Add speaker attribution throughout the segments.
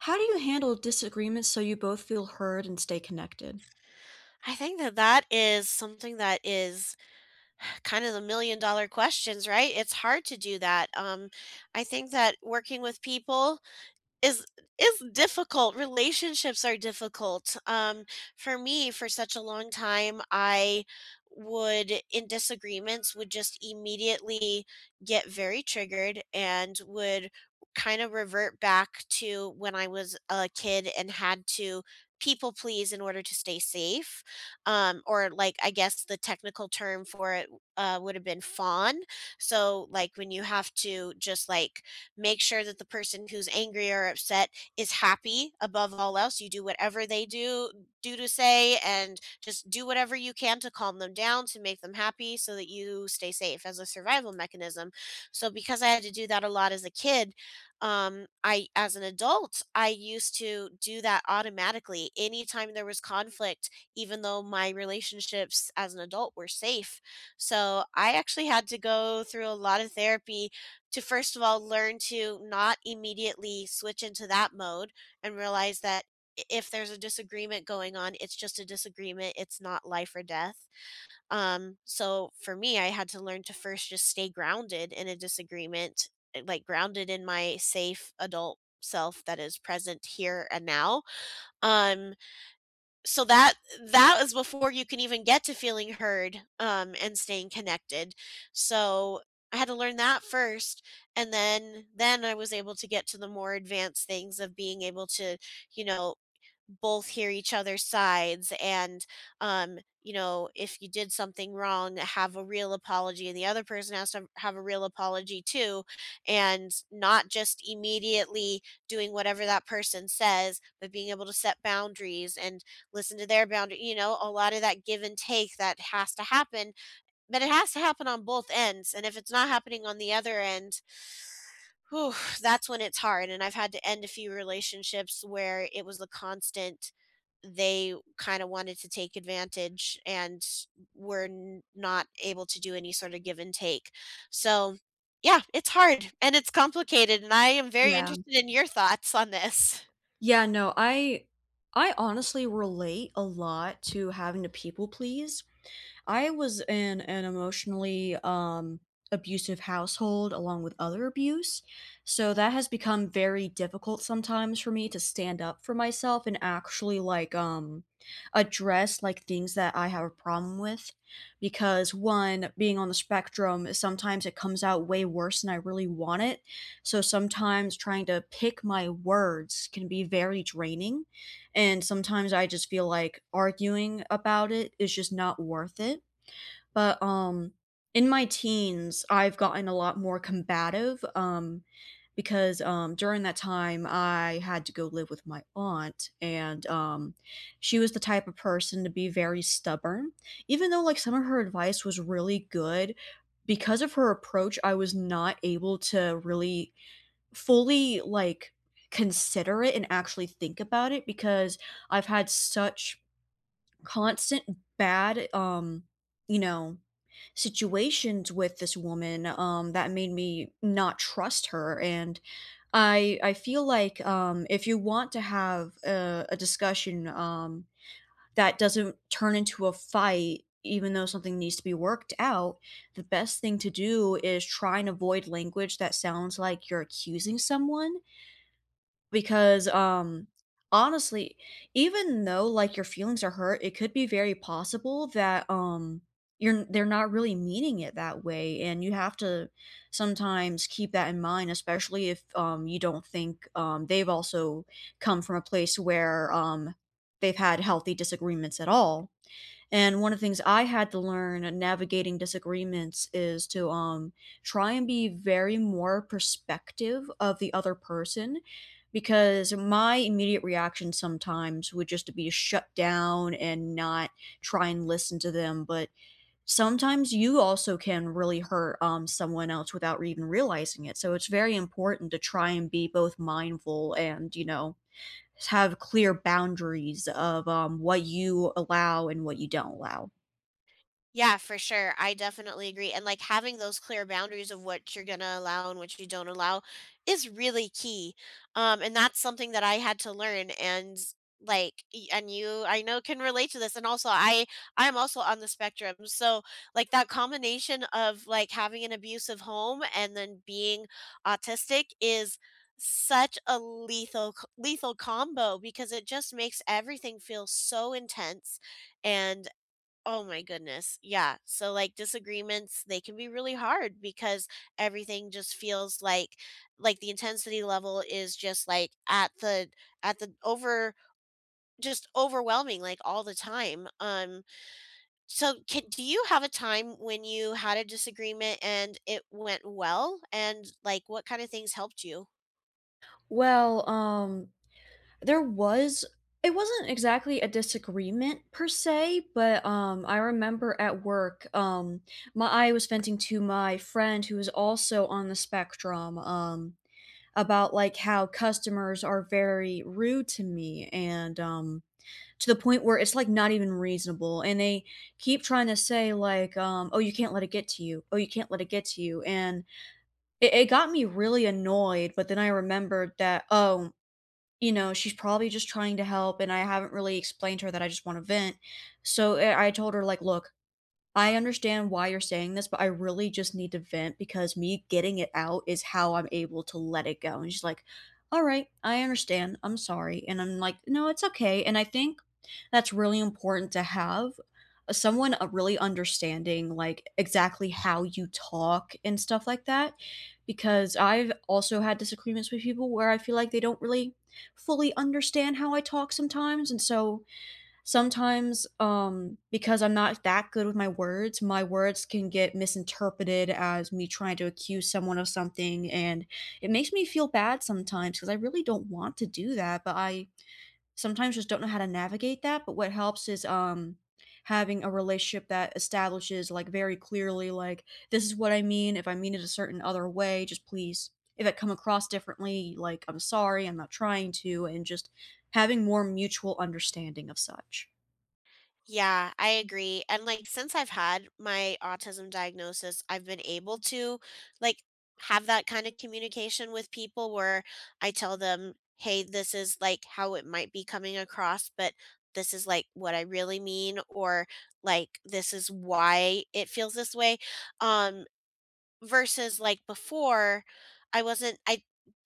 Speaker 1: How do you handle disagreements so you both feel heard and stay connected?
Speaker 2: I think that is something that is kind of the million dollar questions, right? It's hard to do that. I think that working with people is is difficult. Relationships are difficult. For me, for such a long time, I would in disagreements would just immediately get very triggered and would kind of revert back to when I was a kid and had to people please in order to stay safe. Or like I guess the technical term for it would have been fawn. So like when you have to just like make sure that the person who's angry or upset is happy above all else. You do whatever they do to say and just do whatever you can to calm them down to make them happy so that you stay safe as a survival mechanism. So because I had to do that a lot as a kid, I as an adult, I used to do that automatically anytime there was conflict even though my relationships as an adult were safe. So I actually had to go through a lot of therapy to first of all learn to not immediately switch into that mode and realize that if there's a disagreement going on, it's just a disagreement. It's not life or death. So for me, I had to learn to first just stay grounded in a disagreement, like grounded in my safe adult self that is present here and now. Um, so that that is before you can even get to feeling heard and staying connected, so I had to learn that first and then I was able to get to the more advanced things of being able to, you know, both hear each other's sides and, you know, if you did something wrong have a real apology and the other person has to have a real apology too and not just immediately doing whatever that person says but being able to set boundaries and listen to their boundary, you know, a lot of that give and take that has to happen but it has to happen on both ends and if it's not happening on the other end, whew, that's when it's hard. And I've had to end a few relationships where it was the constant. They kind of wanted to take advantage and not able to do any sort of give and take. So, yeah, it's hard and it's complicated. And I am very
Speaker 1: Yeah.
Speaker 2: interested in your thoughts on this.
Speaker 1: Yeah, no, I honestly relate a lot to having to people please. I was in an emotionally abusive household along with other abuse. So that has become very difficult sometimes for me to stand up for myself and actually like address like things that I have a problem with because one, being on the spectrum, sometimes it comes out way worse than I really want it. So sometimes trying to pick my words can be very draining, and sometimes I just feel like arguing about it is just not worth it. But, um, in my teens, I've gotten a lot more combative, because, during that time, I had to go live with my aunt, and, she was the type of person to be very stubborn. Even though, like, some of her advice was really good, because of her approach, I was not able to really fully, like, consider it and actually think about it because I've had such constant bad, you know, situations with this woman, that made me not trust her. And I feel like, if you want to have a discussion, that doesn't turn into a fight, even though something needs to be worked out, the best thing to do is try and avoid language that sounds like you're accusing someone because, honestly, even though, like, your feelings are hurt, it could be very possible that, you're they're not really meaning it that way, and you have to sometimes keep that in mind, especially if, you don't think, they've also come from a place where, they've had healthy disagreements at all. And one of the things I had to learn in navigating disagreements is to try and be very more perspective of the other person because my immediate reaction sometimes would just to be to shut down and not try and listen to them, but sometimes you also can really hurt someone else without even realizing it. So it's very important to try and be both mindful and, have clear boundaries of what you allow and what you don't allow.
Speaker 2: Yeah, for sure. I definitely agree. And like having those clear boundaries of what you're gonna allow and what you don't allow is really key. And that's something that I had to learn and and you I know can relate to this. And also I'm also on the spectrum. So like that combination of like having an abusive home and then being autistic is such a lethal combo because it just makes everything feel so intense and, oh my goodness. Yeah. So like disagreements, they can be really hard because everything just feels like the intensity level is just like at the over, just overwhelming like all the time. So do you have a time when you had a disagreement and it went well and like what kind of things helped you?
Speaker 1: Well, there was it wasn't exactly a disagreement per se, but, I remember at work, my I was venting to my friend who is also on the spectrum, about, like, how customers are very rude to me and, to the point where it's, like, not even reasonable, and they keep trying to say, like, "Oh, you can't let it get to you. Oh, you can't let it get to you," and it got me really annoyed, but then I remembered that, "Oh, you know, she's probably just trying to help, and I haven't really explained to her that I just wanna vent." So, I told her, like, "Look, I understand why you're saying this, but I really just need to vent because me getting it out is how I'm able to let it go." And she's like, "All right, I understand. I'm sorry." And I'm like, "No, it's okay." And I think that's really important to have someone really understanding, like, exactly how you talk and stuff like that. Because I've also had disagreements with people where I feel like they don't really fully understand how I talk sometimes. And so, sometimes, because I'm not that good with my words can get misinterpreted as me trying to accuse someone of something, and it makes me feel bad sometimes because I really don't want to do that, but I sometimes just don't know how to navigate that. But what helps is having a relationship that establishes like very clearly like this is what I mean. If I mean it a certain other way, just please if it come across differently, like I'm sorry, I'm not trying to, and just having more mutual understanding of such.
Speaker 2: Yeah, I agree. And like since I've had my autism diagnosis, I've been able to like have that kind of communication with people where I tell them, "Hey, this is like how it might be coming across, but this is like what I really mean," or like, "This is why it feels this way." Um Versus like before, I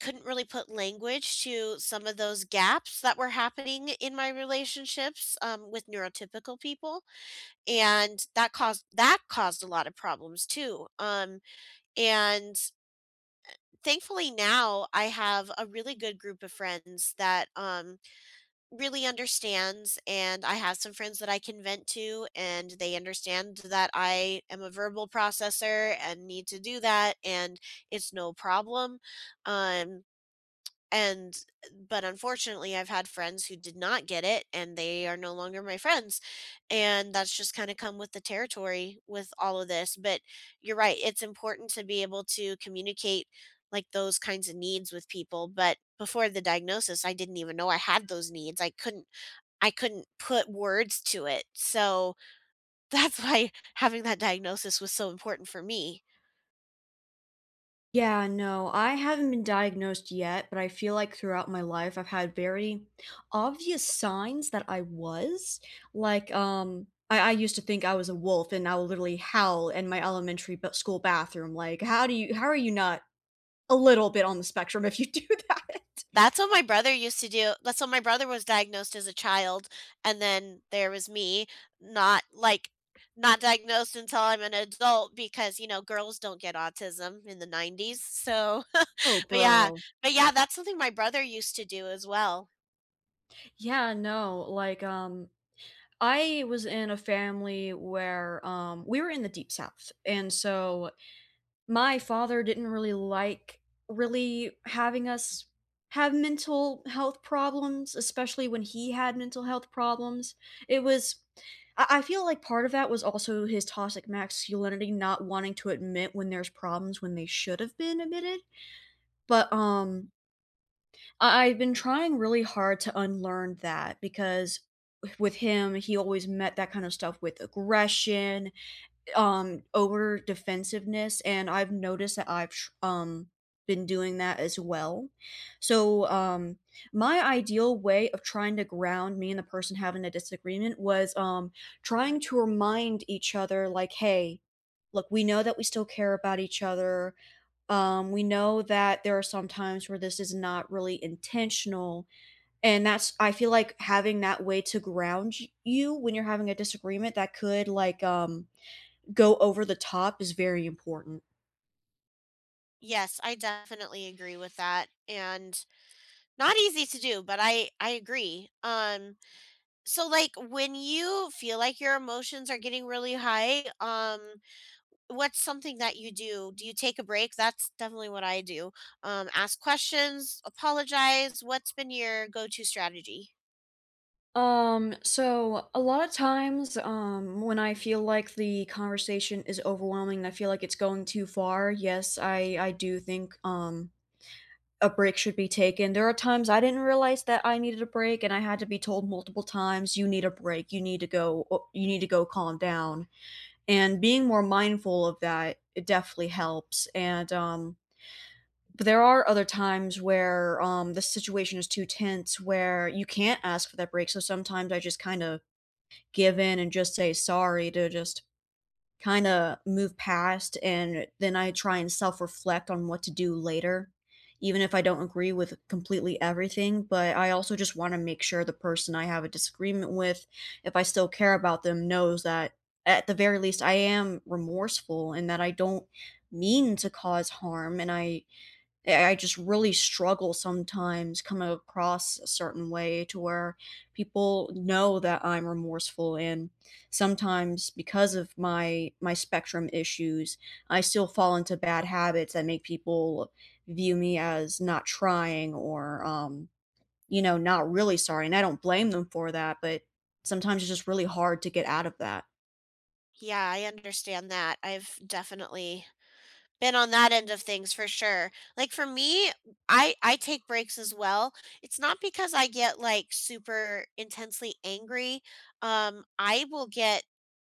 Speaker 2: couldn't really put language to some of those gaps that were happening in my relationships, with neurotypical people, and that caused a lot of problems too, and thankfully now I have a really good group of friends that, really understands, and I have some friends that I can vent to, and they understand that I am a verbal processor and need to do that, and it's no problem. Um, and But unfortunately, I've had friends who did not get it, and they are no longer my friends, and that's just kind of come with the territory with all of this. But you're right; it's important to be able to communicate like those kinds of needs with people but before the diagnosis I didn't even know I had those needs I couldn't put words to it, so that's why having that diagnosis was so important for me.
Speaker 1: Yeah, no, I haven't been diagnosed yet, but I feel like throughout my life I've had very obvious signs that I was. Like, I used to think I was a wolf and I would literally howl in my elementary school bathroom. Like, how do you, how are you not a little bit on the spectrum if you do that?
Speaker 2: That's what my brother used to do, that's what my brother was diagnosed as a child, and then there was me not, like, not diagnosed until I'm an adult because, you know, girls don't get autism in the '90s, so
Speaker 1: Oh,
Speaker 2: but yeah
Speaker 1: bro.
Speaker 2: but yeah, that's something my brother used to do as well.
Speaker 1: Yeah, no, like, I was in a family where we were in the deep south. And so my father didn't really like really having us have mental health problems, especially when he had mental health problems. It was I feel like part of that was also his toxic masculinity not wanting to admit when there's problems when they should have been admitted. But I've been trying really hard to unlearn that because with him, he always met that kind of stuff with aggression over defensiveness, and I've noticed that I've tr been doing that as well. So, my ideal way of trying to ground me and the person having a disagreement was, trying to remind each other, like, "Hey, look, we know that we still care about each other. We know that there are some times where this is not really intentional." And that's I feel like having that way to ground y you when you're having a disagreement that could, like, go over the top is very important.
Speaker 2: Yes, I definitely agree with that, and not easy to do, but I agree, so like when you feel like your emotions are getting really high, what's something that you do? Do you take a break? That's definitely what I do. Ask questions, apologize. What's been your go-to strategy?
Speaker 1: So a lot of times, when I feel like the conversation is overwhelming and I feel like it's going too far, yes, I do think a break should be taken. There are times I didn't realize that I needed a break and I had to be told multiple times, you need a break, you need to go calm down. And being more mindful of that, it definitely helps. And But there are other times where the situation is too tense where you can't ask for that break. So sometimes I just kind of give in and just say sorry to just kind of move past. And then I try and self reflect on what to do later, even if I don't agree with completely everything. But I also just want to make sure the person I have a disagreement with, if I still care about them, knows that at the very least I am remorseful and that I don't mean to cause harm. And I just really struggle sometimes coming across a certain way to where people know that I'm remorseful and sometimes because of my spectrum issues, I still fall into bad habits that make people view me as not trying or you know, not really sorry. And I don't blame them for that, but sometimes it's just really hard to get out of that.
Speaker 2: Yeah, I understand that. I've definitely been on that end of things for sure. Like for me, I take breaks as well. It's not because I get like super intensely angry. I will get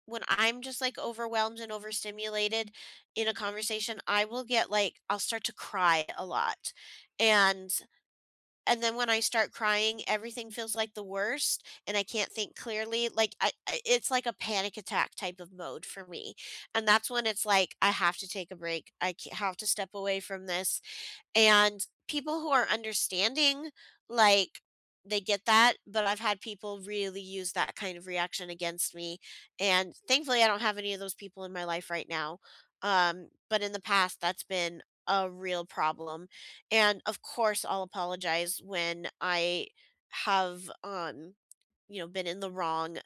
Speaker 2: when I'm just, like, overwhelmed and overstimulated in a conversation, I will get, like, I'll start to cry a lot, and and then when I start crying, everything feels like the worst, and I can't think clearly, like, I it's like a panic attack type of mode for me, and that's when it's like, "I have to take a break, I ca have to step away from this," and people who are understanding, like, they get that, but I've had people really use that kind of reaction against me, and thankfully, I don't have any of those people in my life right now, but in the past, that's been a real problem, and, of course, I'll apologize when I have, you know, been in the wrong.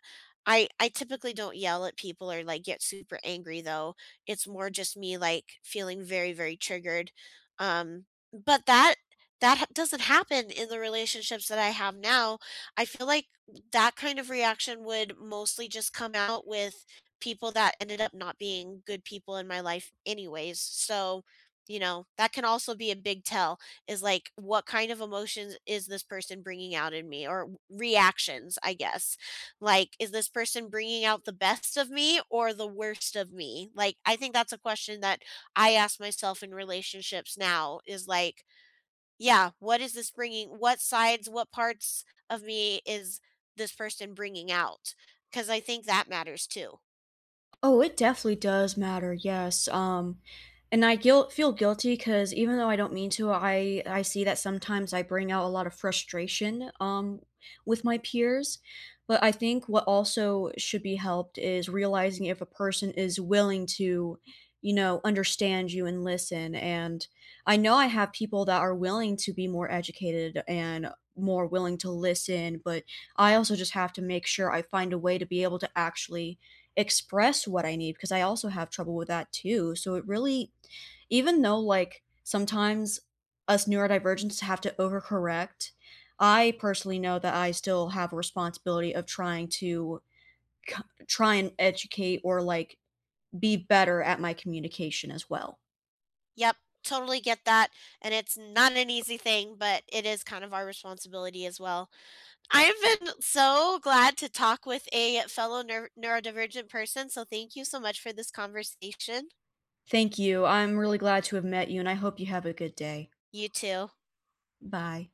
Speaker 2: I typically don't yell at people or, like, get super angry, though. It's more just me, like, feeling very, very triggered, um, but that that ha doesn't happen in the relationships that I have now. I feel like that kind of reaction would mostly just come out with people that ended up not being good people in my life anyways, so, you know, that can also be a big tell is, like, what kind of emotions is this person bringing out in me, or reactions, I guess. Like, is this person bringing out the best of me or the worst of me? Like, I think that's a question that I ask myself in relationships now is like, yeah, what is this bringing? What sides, what parts of me is this person bringing out? Because I think that matters too.
Speaker 1: Oh, it definitely does matter. Yes. And I guil feel guilty because even though I don't mean to, I see that sometimes I bring out a lot of frustration with my peers. But I think what also should be helped is realizing if a person is willing to, you know, understand you and listen. And I know I have people that are willing to be more educated and more willing to listen, but I also just have to make sure I find a way to be able to actually express what I need because I also have trouble with that too. So it really, even though like sometimes us neurodivergents have to overcorrect, I personally know that I still have a responsibility of trying to c- try and educate or like be better at my communication as well.
Speaker 2: Yep, totally get that. And it's not an easy thing, but it is kind of our responsibility as well. I've been so glad to talk with a fellow neurodivergent person. So thank you so much for this conversation.
Speaker 1: Thank you. I'm really glad to have met you and I hope you have a good day.
Speaker 2: You too.
Speaker 1: Bye.